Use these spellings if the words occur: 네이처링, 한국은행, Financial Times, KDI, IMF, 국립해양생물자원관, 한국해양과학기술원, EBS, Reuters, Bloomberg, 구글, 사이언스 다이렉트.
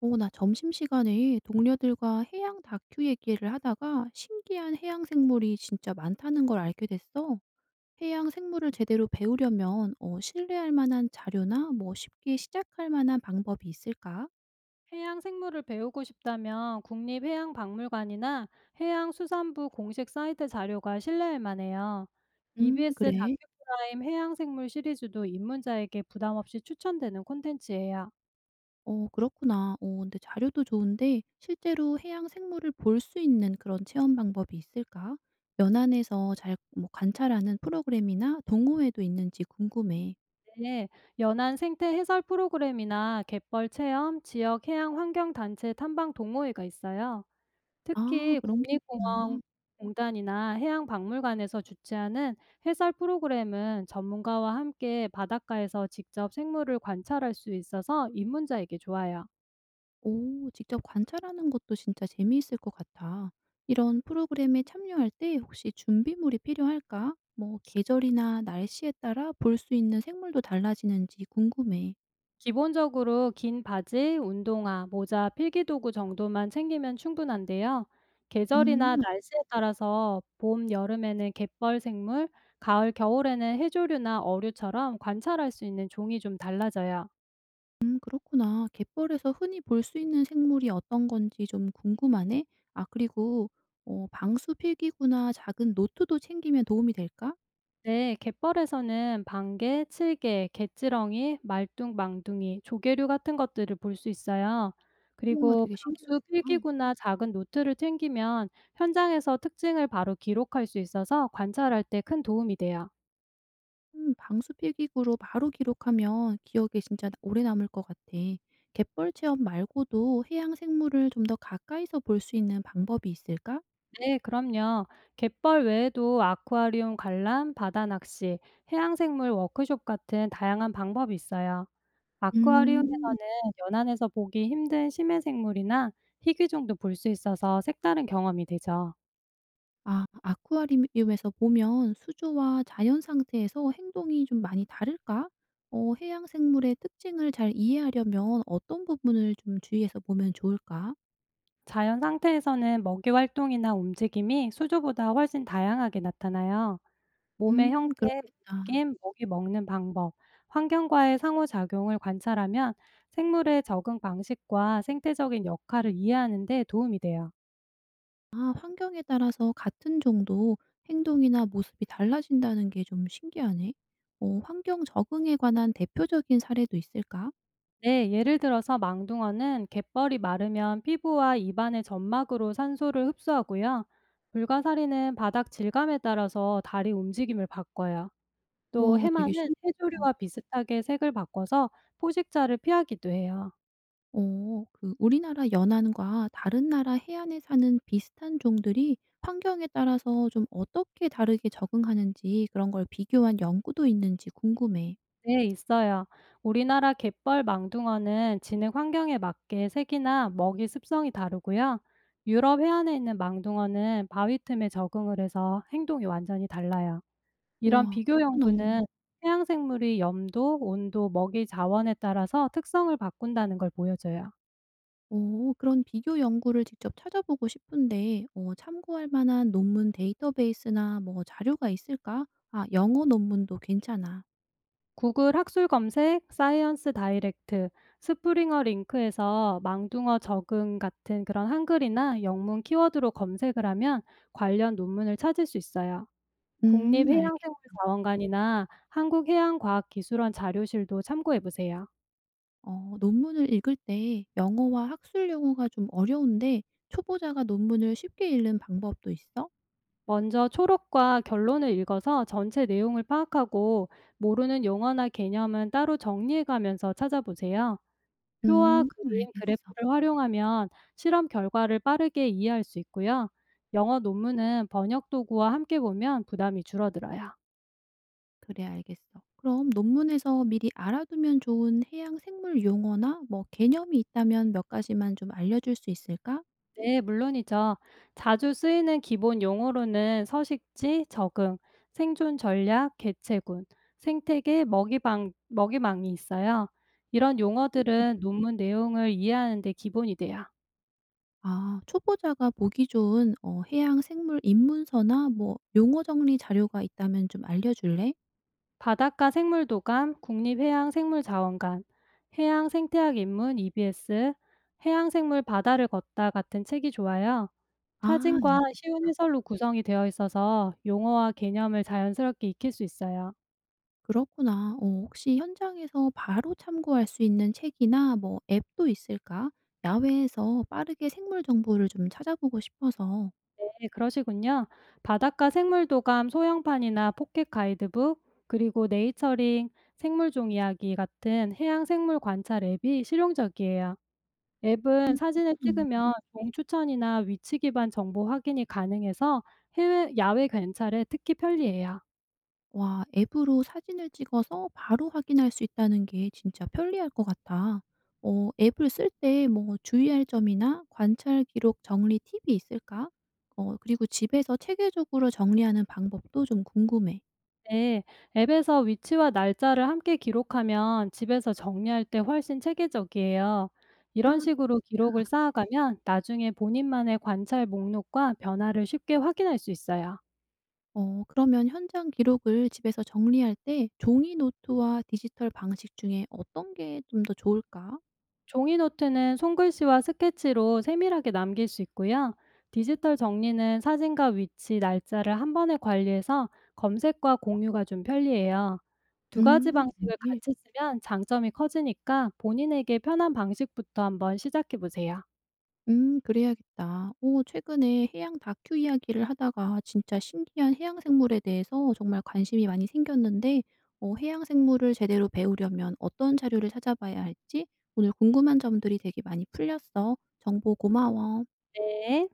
나 점심시간에 동료들과 해양 다큐 얘기를 하다가 신기한 해양 생물이 진짜 많다는 걸 알게 됐어. 해양 생물을 제대로 배우려면 신뢰할 만한 자료나 뭐 쉽게 시작할 만한 방법이 있을까? 해양 생물을 배우고 싶다면 국립해양박물관이나 해양수산부 공식 사이트 자료가 신뢰할 만해요. EBS 그래. 다큐프라임 해양생물 시리즈도 입문자에게 부담 없이 추천되는 콘텐츠예요. 그렇구나. 근데 자료도 좋은데 실제로 해양 생물을 볼 수 있는 그런 체험 방법이 있을까? 연안에서 잘 뭐 관찰하는 프로그램이나 동호회도 있는지 궁금해. 네, 연안 생태 해설 프로그램이나 갯벌 체험, 지역 해양 환경 단체 탐방 동호회가 있어요. 아, 특히 그런 게 있구나. 국립공원공단이나 해양박물관에서 주최하는 해설 프로그램은 전문가와 함께 바닷가에서 직접 생물을 관찰할 수 있어서 입문자에게 좋아요. 오, 직접 관찰하는 것도 진짜 재미있을 것 같아. 이런 프로그램에 참여할 때 혹시 준비물이 필요할까? 뭐 기- 계절이나 날씨에 따라 볼 수 있는 생물도 달라지는지 궁금해. 기본적으로 긴 바지, 운동화, 모자, 필기도구 정도만 챙기면 충분한데요. 계절이나 음, 날씨에 따라서 봄, 여름에는 갯벌 생물, 가을, 겨울에는 해조류나 어류처럼 관찰할 수 있는 종이 좀 달라져요. 그렇구나. 갯벌에서 흔히 볼 수 있는 생물이 어떤 건지 좀 궁금하네. 아, 그리고 방수 필기구나 작은 노트도 챙기면 도움이 될까? 네, 갯벌에서는 반개, 칠개, 갯지렁이, 말뚝, 망둥이, 조개류 같은 것들을 볼 수 있어요. 우와, 그리고 되게 방수 신기하겠다. 필기구나 작은 노트를 챙기면 현장에서 특징을 바로 기록할 수 있어서 관찰할 때 큰 도움이 돼요. 음, 방수 필기구로 바로 기록하면 기억에 진짜 오래 남을 것 같아. 갯벌 체험 말고도 해양 생물을 좀 더 가까이서 볼 수 있는 방법이 있을까? 네, 그럼요. 갯벌 외에도 아쿠아리움 관람, 바다 낚시, 해양생물 워크숍 같은 다양한 방법이 있어요. 음. 아쿠아리움에서는 연안에서 보기 힘든 심해 생물이나 희귀종도 볼 수 있어서 색다른 경험이 되죠. 아, 아쿠아리움에서 보면 수조와 자연 상태에서 행동이 좀 많이 다를까? 해양 생물의 특징을 잘 이해하려면 어떤 부분을 좀 주의해서 보면 좋을까? 자연 상태에서는 먹이 활동이나 움직임이 수조보다 훨씬 다양하게 나타나요. 몸의 형태, 그렇겠다. 움직임, 먹이 먹는 방법, 환경과의 상호작용을 관찰하면 생물의 적응 방식과 생태적인 역할을 이해하는 데 도움이 돼요. 아, 환경에 따라서 같은 정도 행동이나 모습이 달라진다는 게 좀 신기하네. 어, 환경 적응에 관한 대표적인 사례도 있을까? 네, 예를 들어서 망둥어는 갯벌이 마르면 피부와 입안의 점막으로 산소를 흡수하고요. 불가사리는 바닥 질감에 따라서 다리 움직임을 바꿔요. 또 우와, 되게 해마는 신기 음. 해조류와 비슷하게 색을 바꿔서 포식자를 피하기도 해요. 어, 그 우리나라 연안과 다른 나라 해안에 사는 비슷한 종들이 환경에 따라서 좀 어떻게 다르게 적응하는지 그런 걸 비교한 연구도 있는지 궁금해. 네, 있어요. 우리나라 갯벌 망둥어는 진흙 환경에 맞게 색이나 먹이 습성이 다르고요. 유럽 해안에 있는 망둥어는 바위 틈에 적응을 해서 행동이 완전히 달라요. 이런 우와, 비교 그렇구나. 연구는 해양 생물이 염도, 온도, 먹이 자원에 따라서 특성을 바꾼다는 걸 보여줘요. 오, 그런 비교 연구를 직접 찾아보고 싶은데 참고할 만한 논문 데이터베이스나 뭐 자료가 있을까? 아, 영어 논문도 괜찮아. 구글 학술 검색, 사이언스 다이렉트, 스프링어 링크에서 망둥어 적응 같은 그런 한글이나 영문 키워드로 검색을 하면 관련 논문을 찾을 수 있어요. 알겠 국립해양생물자원관이나 한국해양과학기술원 자료실도 참고해 보세요. 어, 논문을 읽을 때 영어와 학술 용어가 좀 어려운데 초보자가 논문을 쉽게 읽는 방법도 있어? 먼저 초록과 결론을 읽어서 전체 내용을 파악하고 모르는 용어나 개념은 따로 정리해 가면서 찾아보세요. 표와 음, 그림, 알겠어. 그래프를 활용하면 실험 결과를 빠르게 이해할 수 있고요. 영어 논문은 번역 도구와 함께 보면 부담이 줄어들어요. 그래, 알겠어. 그럼 논문에서 미리 알아두면 좋은 해양 생물 용어나 뭐 개념이 있다면 몇 가지만 좀 알려줄 수 있을까? 네, 물론이죠. 자주 쓰이는 기본 용어로는 서식지, 적응, 생존 전략, 개체군, 생태계, 먹이방, 먹이망이 있어요. 이런 용어들은 논문 내용을 이해하는 데 기본이 돼요. 아, 초보자가 보기 좋은 해양 생물 입문서나 뭐 용어 정리 자료가 있다면 좀 알려줄래? 바닷가 생물도감, 국립해양생물자원관, 해양생태학 입문 EBS, 해양생물 바다를 걷다 같은 책이 좋아요. 아, 사진과 알겠어. 쉬운 해설로 구성이 되어 있어서 용어와 개념을 자연스럽게 익힐 수 있어요. 그렇구나. 혹시 현장에서 바로 참고할 수 있는 책이나 뭐 앱도 있을까? 야외에서 빠르게 생물 정보를 좀 찾아보고 싶어서. 네, 그러시군요. 바닷가 생물도감 소형판이나 포켓 가이드북, 그리고 네이처링, 생물종 이야기 같은 해양 생물 관찰 앱이 실용적이에요. 앱은 사진을 찍으면 종 추천이나 위치 기반 정보 확인이 가능해서 해외 야외 관찰에 특히 편리해요. 와, 앱으로 사진을 찍어서 바로 확인할 수 있다는 게 진짜 편리할 것 같아. 앱을 쓸 때 뭐 주의할 점이나 관찰 기록 정리 팁이 있을까? 그리고 집에서 체계적으로 정리하는 방법도 좀 궁금해. 네. 앱에서 위치와 날짜를 함께 기록하면 집에서 정리할 때 훨씬 체계적이에요. 이런 식으로 기록을 쌓아가면 나중에 본인만의 관찰 목록과 변화를 쉽게 확인할 수 있어요. 그러면 현장 기록을 집에서 정리할 때 종이 노트와 디지털 방식 중에 어떤 게 좀 더 좋을까? 종이 노트는 손글씨와 스케치로 세밀하게 남길 수 있고요. 디지털 정리는 사진과 위치, 날짜를 한 번에 관리해서 검색과 공유가 좀 편리해요. 두 가지 음. 방식을 네. 같이 쓰면 장점이 커지니까 본인에게 편한 방식부터 한번 시작해 보세요. 음, 그래야겠다. 오, 최근에 해양 다큐 이야기를 하다가 진짜 신기한 해양 생물에 대해서 정말 관심이 많이 생겼는데 해양 생물을 제대로 배우려면 어떤 자료를 찾아봐야 할지 오늘 궁금한 점들이 되게 많이 풀렸어. 정보 고마워. 네.